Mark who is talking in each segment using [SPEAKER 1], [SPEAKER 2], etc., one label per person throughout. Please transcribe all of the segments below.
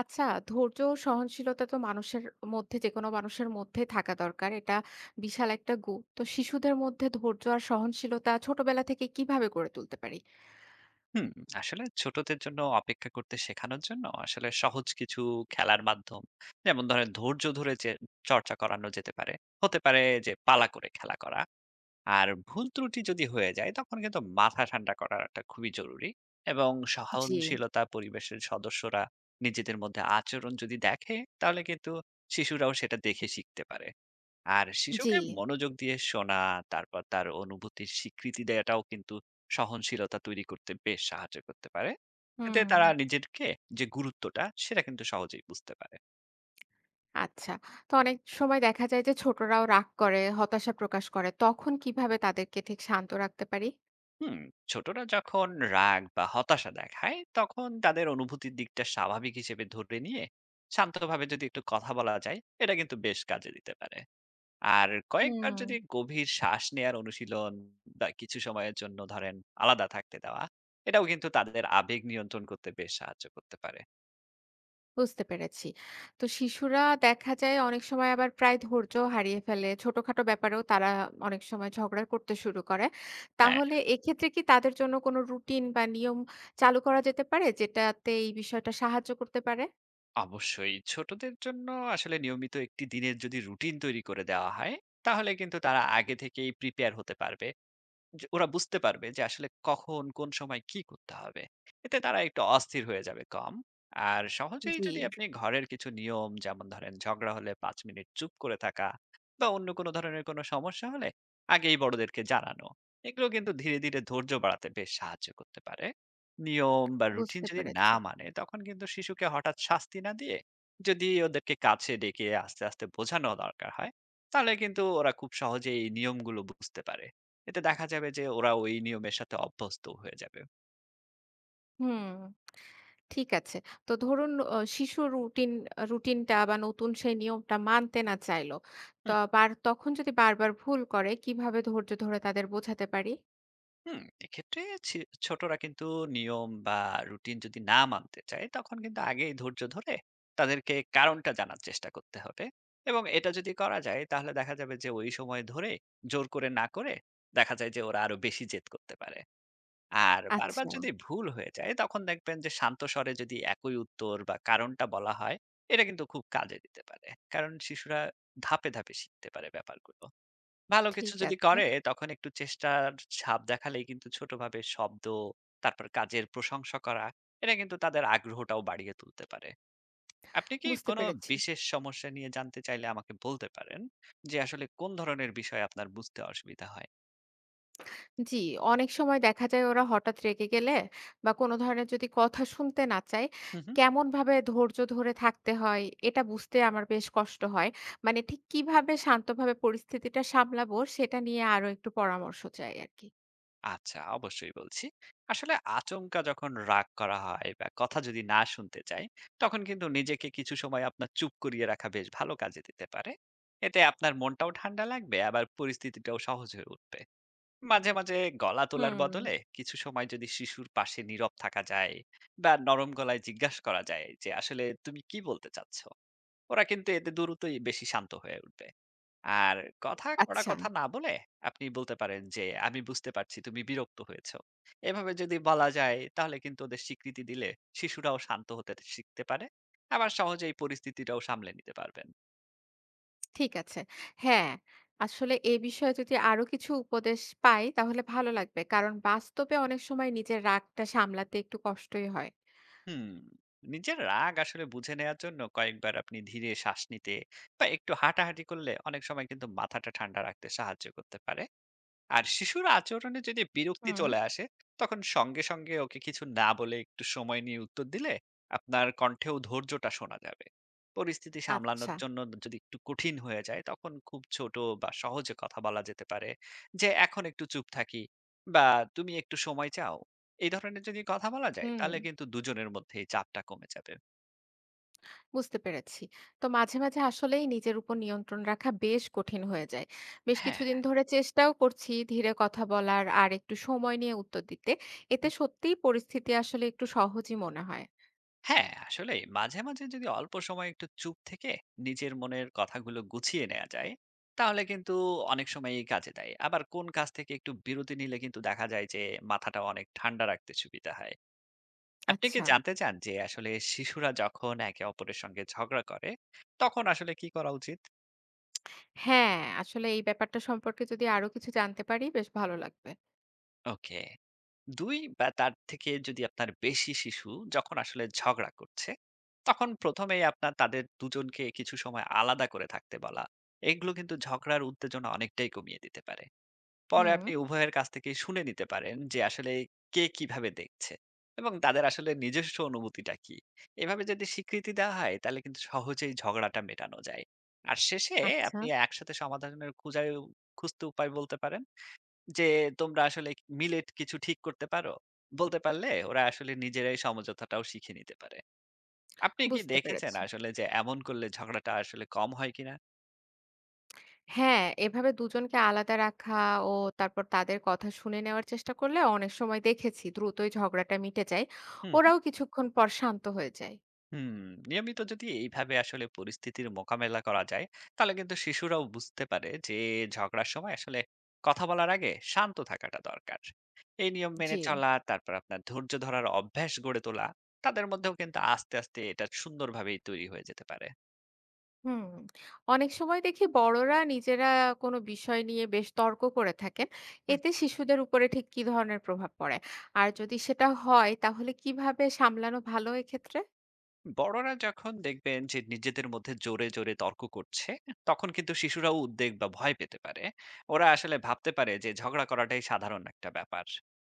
[SPEAKER 1] আচ্ছা, ধৈর্য ও সহনশীলতা তো মানুষের মধ্যেই থাকা দরকার। এটা বিশাল একটা গুণ। তো শিশুদের মধ্যে ধৈর্য আর সহনশীলতা ছোটবেলা থেকে কিভাবে গড়ে তুলতে পারি?
[SPEAKER 2] হুম, আসলে ছোটদের জন্য অপেক্ষা করতে শেখানোর জন্য আসলে সহজ কিছু খেলার মাধ্যম যেমন ধরেন ধৈর্য ধরে যে চর্চা করানো যেতে পারে হতে পারে যে পালা করে খেলা করা। আর ভুল ত্রুটি যদি হয়ে যায় তখন কিন্তু মাথা ঠান্ডা করাটা খুবই জরুরি এবং
[SPEAKER 1] জি,
[SPEAKER 2] সহনশীলতা পরিবেশের সদস্যরা নিজেদের মধ্যে আচরণ যদি দেখে তাহলে কিন্তু শিশুরাও সেটা দেখে শিখতে পারে। আর
[SPEAKER 1] জি।
[SPEAKER 2] শিশুকে মনোযোগ দিয়ে শোনা, তারপর তার অনুভূতির স্বীকৃতি দেওয়াটাও কিন্তু সহনশীলতা তৈরি করতে বেশ সাহায্য করতে পারে। এতে
[SPEAKER 1] হুম,
[SPEAKER 2] তারা নিজেরকে যে গুরুত্বটা সেটা কিন্তু সহজেই বুঝতে পারে।
[SPEAKER 1] আচ্ছা। তো অনেক সময় দেখা যায় যে ছোটরাও রাগ করে, হতাশা প্রকাশ করে। তখন কিভাবে তাদেরকে ঠিক শান্ত রাখতে পারি?
[SPEAKER 2] হুম, ছোটরা যখন রাগ বা হতাশা দেখায় তখন তাদের অনুভূতির দিকটা স্বাভাবিক হিসেবে ধরে নিয়ে শান্তভাবে যদি একটু কথা বলা যায় এটা কিন্তু বেশ কাজে দিতে পারে। আর কয়েকবার যদি
[SPEAKER 1] হুম।
[SPEAKER 2] গভীর শ্বাস নেয়ার অনুশীলন বা কিছু সময়ের জন্য ধরেন আলাদা থাকতে দেওয়া, এটাও কিন্তু তাদের আবেগ নিয়ন্ত্রণ করতে বেশ সাহায্য করতে পারে।
[SPEAKER 1] বুঝতে পেরেছি। তো শিশুরা দেখা যায় অনেক সময় আবার প্রায় ধৈর্য হারিয়ে ফেলে। ছোটখাটো ব্যাপারেও তারা অনেক সময় ঝগড়া করতে শুরু করে।
[SPEAKER 2] হ্যাঁ,
[SPEAKER 1] তাহলে এক্ষেত্রে কি তাদের জন্য কোনো রুটিন বা নিয়ম চালু করা যেতে পারে যেটাতে এই বিষয়টা সাহায্য করতে পারে?
[SPEAKER 2] অবশ্যই ছোটদের জন্য আসলে নিয়মিত একটি দিনের যদি রুটিন তৈরি করে দেওয়া হয়, তাহলে কিন্তু তারা আগে থেকেই প্রিপেয়ার হতে পারবে। যে ওরা বুঝতে পারবে যে আসলে কখন, কোন সময় কি করতে হবে। এতে তারা একটু অস্থির হয়ে যাবে কম। আর সহজেই
[SPEAKER 1] জি।
[SPEAKER 2] যদি আপনি ঘরের কিছু নিয়ম যেমন ধরেন ঝগড়া হলে ৫ মিনিট চুপ করে থাকা বা অন্য কোনো ধরনের কোনো সমস্যা হলে আগেই বড়দেরকে জানানো। এগুলো কিন্তু ধীরে, ধীরে ধৈর্য বাড়াতে বেশ সাহায্য করতে পারে। নিয়ম বা রুটিন
[SPEAKER 1] বুঝতে
[SPEAKER 2] যদি না
[SPEAKER 1] পেরেছি।
[SPEAKER 2] মানে তখন কিন্তু শিশুকে হঠাৎ শাস্তি না দিয়ে যদি ওদেরকে কাছে ডেকে আস্তে, আস্তে বোঝানো দরকার হয়, তাহলে কিন্তু ওরা খুব সহজেই এই নিয়মগুলো বুঝতে পারে। এতে দেখা যাবে যে ওরা ওই নিয়মের সাথে অভ্যস্ত হয়ে যাবে।
[SPEAKER 1] হুম, ঠিক আছে। তো ধরুন অ শিশু রুটিন রুটিনটা বা নতুন সেই নিয়মটা মানতে না চাইলো। তো
[SPEAKER 2] হুম,
[SPEAKER 1] তখন যদি বারবার ভুল করে কিভাবে ধৈর্য ধরে তাদের বোঝাতে পারি?
[SPEAKER 2] হুম, এক্ষেত্রে ছি ছোটরা কিন্তু নিয়ম বা রুটিন যদি না মানতে চায় তখন কিন্তু আগেই ধৈর্য ধরে তাদেরকে কারণটা জানার চেষ্টা করতে হবে। এবং এটা যদি করা যায় তাহলে দেখা যাবে যে ওই সময় ধরে জোর করে না করে দেখা যায় যে ওরা আরো বেশি জেদ করতে পারে। আর বারবার
[SPEAKER 1] আচ্ছা,
[SPEAKER 2] যদি ভুল হয়ে যায় তখন দেখবেন যে শান্ত স্বরে যদি একই উত্তর বা কারণটা বলা হয় এটা কিন্তু খুব কাজে দিতে পারে। কারণ শিশুরা ধাপে, ধাপে শিখতে পারে ব্যাপারগুলো। ভালো কিছু
[SPEAKER 1] ঠিক
[SPEAKER 2] যদি
[SPEAKER 1] আছে।
[SPEAKER 2] করে তখন একটু চেষ্টার ছাপ দেখালেই কিন্তু ছোটভাবে শব্দ, তারপর কাজের প্রশংসা করা, এটা কিন্তু তাদের আগ্রহটাও বাড়িয়ে তুলতে পারে। আপনি কি
[SPEAKER 1] বুঝতে
[SPEAKER 2] কোনো
[SPEAKER 1] পেরেছি।
[SPEAKER 2] বিশেষ সমস্যা নিয়ে জানতে চাইলে আমাকে বলতে পারেন যে আসলে কোন ধরনের বিষয় আপনার বুঝতে অসুবিধা হয়?
[SPEAKER 1] জি, অনেক সময় দেখা যায় ওরা হঠাৎ রেগে গেলে বা কোনো ধরনের যদি কথা শুনতে না চায়,
[SPEAKER 2] হুম, হুম।
[SPEAKER 1] কেমনভাবে ধৈর্য ধরে থাকতে হয় এটা বুঝতে আমার বেশ কষ্ট হয়। মানে ঠিক কিভাবে শান্তভাবে পরিস্থিতিটা সামলাবো সেটা নিয়ে আরো একটু পরামর্শ চাই আরকি।
[SPEAKER 2] আচ্ছা, অবশ্যই বলছি। আসলে আচমকা যখন রাগ করা হয় বা কথা যদি না শুনতে চায়, তখন কিন্তু নিজেকে কিছু সময় আপনার চুপ করিয়ে রাখা বেশ ভালো কাজে দিতে পারে। এতে আপনার মনটাও ঠান্ডা লাগবে আবার পরিস্থিতিটাও সহজ হয়ে উঠবে। মাঝে মাঝে গলা তোলার
[SPEAKER 1] হুম।
[SPEAKER 2] বদলে কিছু সময় যদি শিশুর পাশে নীরব থাকা যায় বা নরম গলায় জিজ্ঞাসা করা যায় যে আসলে তুমি কি বলতে চাচ্ছ ওরা কিন্তু এতে দ্রুতই বেশি শান্ত হয়ে উঠবে। আর কড়া
[SPEAKER 1] আচ্ছা,
[SPEAKER 2] কথা না বলে আপনি বলতে পারেন যে আমি বুঝতে পারছি তুমি বিরক্ত হয়েছো। এভাবে যদি বলা যায় তাহলে কিন্তু ওদের স্বীকৃতি দিলে শিশুরাও শান্ত হতে শিখতে পারে, আবার সহজেই পরিস্থিতিটাও সামলে নিতে পারবেন।
[SPEAKER 1] ঠিক আছে। হ্যাঁ, আসলে এ বিষয়ে যদি আরো কিছু উপদেশ পাই তাহলে ভালো লাগবে। কারণ বাস্তবে অনেক সময় নিজের রাগটা সামলাতে একটু কষ্টই হয়।
[SPEAKER 2] হুম, নিজের রাগ আসলে বুঝে নেয়ার জন্য কয়েকবার আপনি ধীরে শ্বাস নিতে বা একটু হাঁটাহাঁটি করলে অনেক সময় কিন্তু মাথাটা ঠান্ডা রাখতে সাহায্য করতে পারে। আর শিশুর আচরণে যদি বিরক্তি
[SPEAKER 1] হুম।
[SPEAKER 2] চলে আসে, তখন সঙ্গে, সঙ্গে ওকে কিছু না বলে একটু সময় নিয়ে উত্তর দিলে আপনার কণ্ঠেও ধৈর্যটা শোনা যাবে। পরিস্থিতি সামলানোর
[SPEAKER 1] আচ্ছা,
[SPEAKER 2] জন্য যদি একটু কঠিন হয়ে যায়, তখন খুব ছোট বা সহজে কথা বলা যেতে পারে যে, "এখন একটু চুপ থাকি" বা "তুমি একটু সময় চাও?" এই ধরনের যদি কথা বলা যায়,
[SPEAKER 1] হুম।
[SPEAKER 2] তাহলে কিন্তু দুজনের মধ্যেই চাপটা কমে যাবে।
[SPEAKER 1] বুঝতে পেরেছি। তো মাঝে, মাঝে আসলেই নিজের উপর নিয়ন্ত্রণ রাখা বেশ কঠিন হয়ে যায়। বেশ
[SPEAKER 2] হ্যাঁ।
[SPEAKER 1] কিছুদিন ধরে চেষ্টাও করছি ধীরে কথা বলার আর একটু সময় নিয়ে উত্তর দিতে। এতে সত্যিই পরিস্থিতি আসলে একটু সহজই মনে হয়।
[SPEAKER 2] হ্যাঁ, আসলেই মাঝে, মাঝে যদি অল্প সময় একটু চুপ থেকে নিজের মনের কথাগুলো গুছিয়ে নেওয়া যায়, তাহলে কিন্তু অনেক সময়ই কাজে দেয়। আবার কোন কাজ থেকে একটু বিরতি নিলে কিন্তু দেখা যায় যে মাথাটা অনেক ঠান্ডা রাখতে সুবিধা হয়। আপনি কি
[SPEAKER 1] আচ্ছা।
[SPEAKER 2] জানতে চান যে আসলে শিশুরা যখন একে অপরের সঙ্গে ঝগড়া করে, তখন আসলে কি করা উচিত?
[SPEAKER 1] হ্যাঁ, আসলে এই ব্যাপারটা সম্পর্কে যদি আরো কিছু জানতে পারি বেশ ভালো লাগবে।
[SPEAKER 2] ওকে। দুই বা তার থেকে যদি আপনার বেশি শিশু যখন আসলে ঝগড়া করছে তখন প্রথমেই আপনার তাদের দুজনকে কিছু সময় আলাদা করে থাকতে বলা এগুলো কিন্তু ঝগড়ার উত্তেজনা অনেকটাই কমিয়ে দিতে পারে। পরে
[SPEAKER 1] হুম,
[SPEAKER 2] আপনি উভয়ের কাছ থেকে শুনে নিতে পারেন যে আসলে কে কিভাবে দেখছে এবং তাদের আসলে নিজস্ব অনুভূতিটা কি। এভাবে যদি স্বীকৃতি দেওয়া হয় তাহলে কিন্তু সহজেই ঝগড়াটা মেটানো যায়। আর শেষে
[SPEAKER 1] আচ্ছা,
[SPEAKER 2] আপনি একসাথে সমাধানের খুঁজতে উপায় বলতে পারেন যে তোমরা আসলে মিলে কিছু ঠিক করতে পারো? বলতে পারলে ওরা আসলে নিজেরাই সমঝোতাটাও শিখে নিতে পারে। আপনি কি
[SPEAKER 1] বুঝতে
[SPEAKER 2] দেখেছেন
[SPEAKER 1] পেরেছি।
[SPEAKER 2] আসলে যে এমন করলে ঝগড়াটা আসলে কম হয় কিনা?
[SPEAKER 1] হ্যাঁ, এভাবে দুজনকে আলাদা রাখা ও তারপর তাদের কথা শুনে নেওয়ার চেষ্টা করলে অনেক সময় দেখেছি দ্রুতই ঝগড়াটা মিটে যায়।
[SPEAKER 2] হুম,
[SPEAKER 1] ওরাও কিছুক্ষণ পর শান্ত হয়ে যায়।
[SPEAKER 2] হুম। নিয়মিত যদি এইভাবে আসলে পরিস্থিতির মোকাবেলা করা যায়, তাহলে কিন্তু শিশুরাও বুঝতে পারে যে ঝগড়ার সময় আসলে কথা বলার আগে শান্ত থাকাটা দরকার। এই নিয়ম মেনে
[SPEAKER 1] জি।
[SPEAKER 2] চলা, তারপর আপনার ধৈর্য ধরার অভ্যাস গড়ে তোলা, তাদের মধ্যেও কিন্তু আস্তে, আস্তে এটা সুন্দরভাবেই তৈরি হয়ে যেতে পারে।
[SPEAKER 1] হুম, অনেক সময় দেখি বড়রা নিজেরা কোনো বিষয় নিয়ে বেশ তর্ক করে থাকেন। এতে শিশুদের উপরে ঠিক কি ধরনের প্রভাব পড়ে? আর যদি সেটা হয় তাহলে কিভাবে সামলানো ভালো এক্ষেত্রে?
[SPEAKER 2] বড়রা যখন দেখবেন যে নিজেদের মধ্যে জোরে জোরে তর্ক করছে তখন কিন্তু শিশুরাও উদ্বেগ বা ভয় পেতে পারে। ওরা আসলে ভাবতে পারে যে ঝগড়া করাটাই সাধারণ একটা ব্যাপার।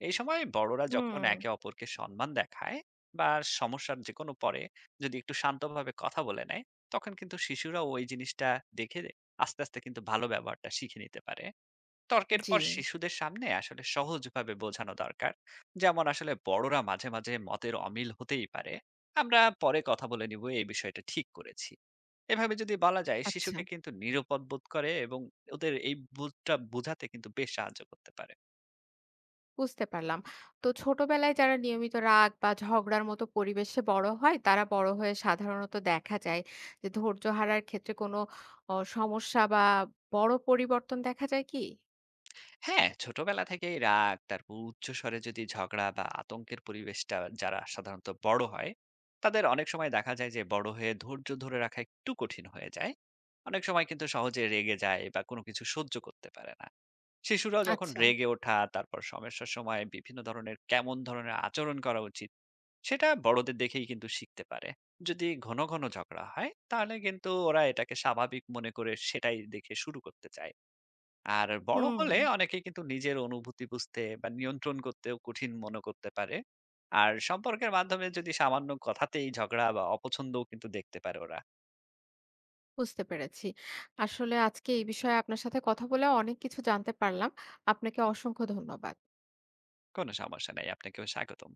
[SPEAKER 2] এই সময় বড়রা যখন
[SPEAKER 1] হুম,
[SPEAKER 2] একে অপরকে সম্মান দেখায় বা সমস্যার যে কোনো পরে যদি একটু শান্তভাবে কথা বলে নেয় তখন কিন্তু শিশুরাও ওই জিনিসটা দেখে আস্তে আস্তে কিন্তু ভালো ব্যবহারটা শিখে নিতে পারে। তর্কের
[SPEAKER 1] জি।
[SPEAKER 2] পর শিশুদের সামনে আসলে সহজভাবে বোঝানো দরকার, যেমন আসলে বড়রা মাঝে মাঝে মতের অমিল হতেই পারে, আমরা পরে কথা বলে নিব এই বিষয়টা ঠিক করেছি। এভাবে যদি বলা যায়
[SPEAKER 1] আচ্ছা।
[SPEAKER 2] শিশুকে কিন্তু নিরাপদ বোধ করে, এবং ওদের এই বোধটা বোঝাতে কিন্তু বেশ সাহায্য করতে পারে।
[SPEAKER 1] বুঝতে পারলাম। তো ছোটবেলায় যারা নিয়মিত রাগ বা ঝগড়ার মতো পরিবেশে বড় হয়, তারা বড় হয়ে সাধারণত দেখা যায় যে ধৈর্য হারার ক্ষেত্রে কোনো সমস্যা বা বড় পরিবর্তন দেখা যায় কি?
[SPEAKER 2] হ্যাঁ, ছোটবেলা থেকেই রাগ, তারপর উচ্চস্বরে যদি ঝগড়া বা আতঙ্কের পরিবেশটা যারা সাধারণত বড় হয়, তাদের অনেক সময় দেখা যায় যে বড় হয়ে ধৈর্য ধরে রাখা একটু কঠিন হয়ে যায়। অনেক সময় কিন্তু সহজে রেগে যায় বা কোনো কিছু সহ্য করতে পারে না। শিশুরাও যখন
[SPEAKER 1] আচ্ছা।
[SPEAKER 2] রেগে ওঠা, তারপর সমস্যার সময় বিভিন্ন ধরনের কেমন ধরনের আচরণ করা উচিত, সেটা বড়দের দেখেই কিন্তু শিখতে পারে। যদি ঘন ঘন ঝগড়া হয়, তাহলে কিন্তু ওরা এটাকে স্বাভাবিক মনে করে সেটাই দেখে শুরু করতে চায়। আর বড়
[SPEAKER 1] হুম।
[SPEAKER 2] হলে অনেকে কিন্তু নিজের অনুভূতি বুঝতে বা নিয়ন্ত্রণ করতেও কঠিন মনে করতে পারে। আর সম্পর্কের মাধ্যমে যদি সামান্য কথাতেই ঝগড়া বা অপছন্দও কিন্তু দেখতে পারে ওরা।
[SPEAKER 1] বুঝতে পেরেছি। আসলে আজকে এই বিষয়ে আপনার সাথে কথা বলে অনেক কিছু জানতে পারলাম। আপনাকে অসংখ্য ধন্যবাদ।
[SPEAKER 2] কোন সমস্যা নাই। আপনাকেও স্বাগতম।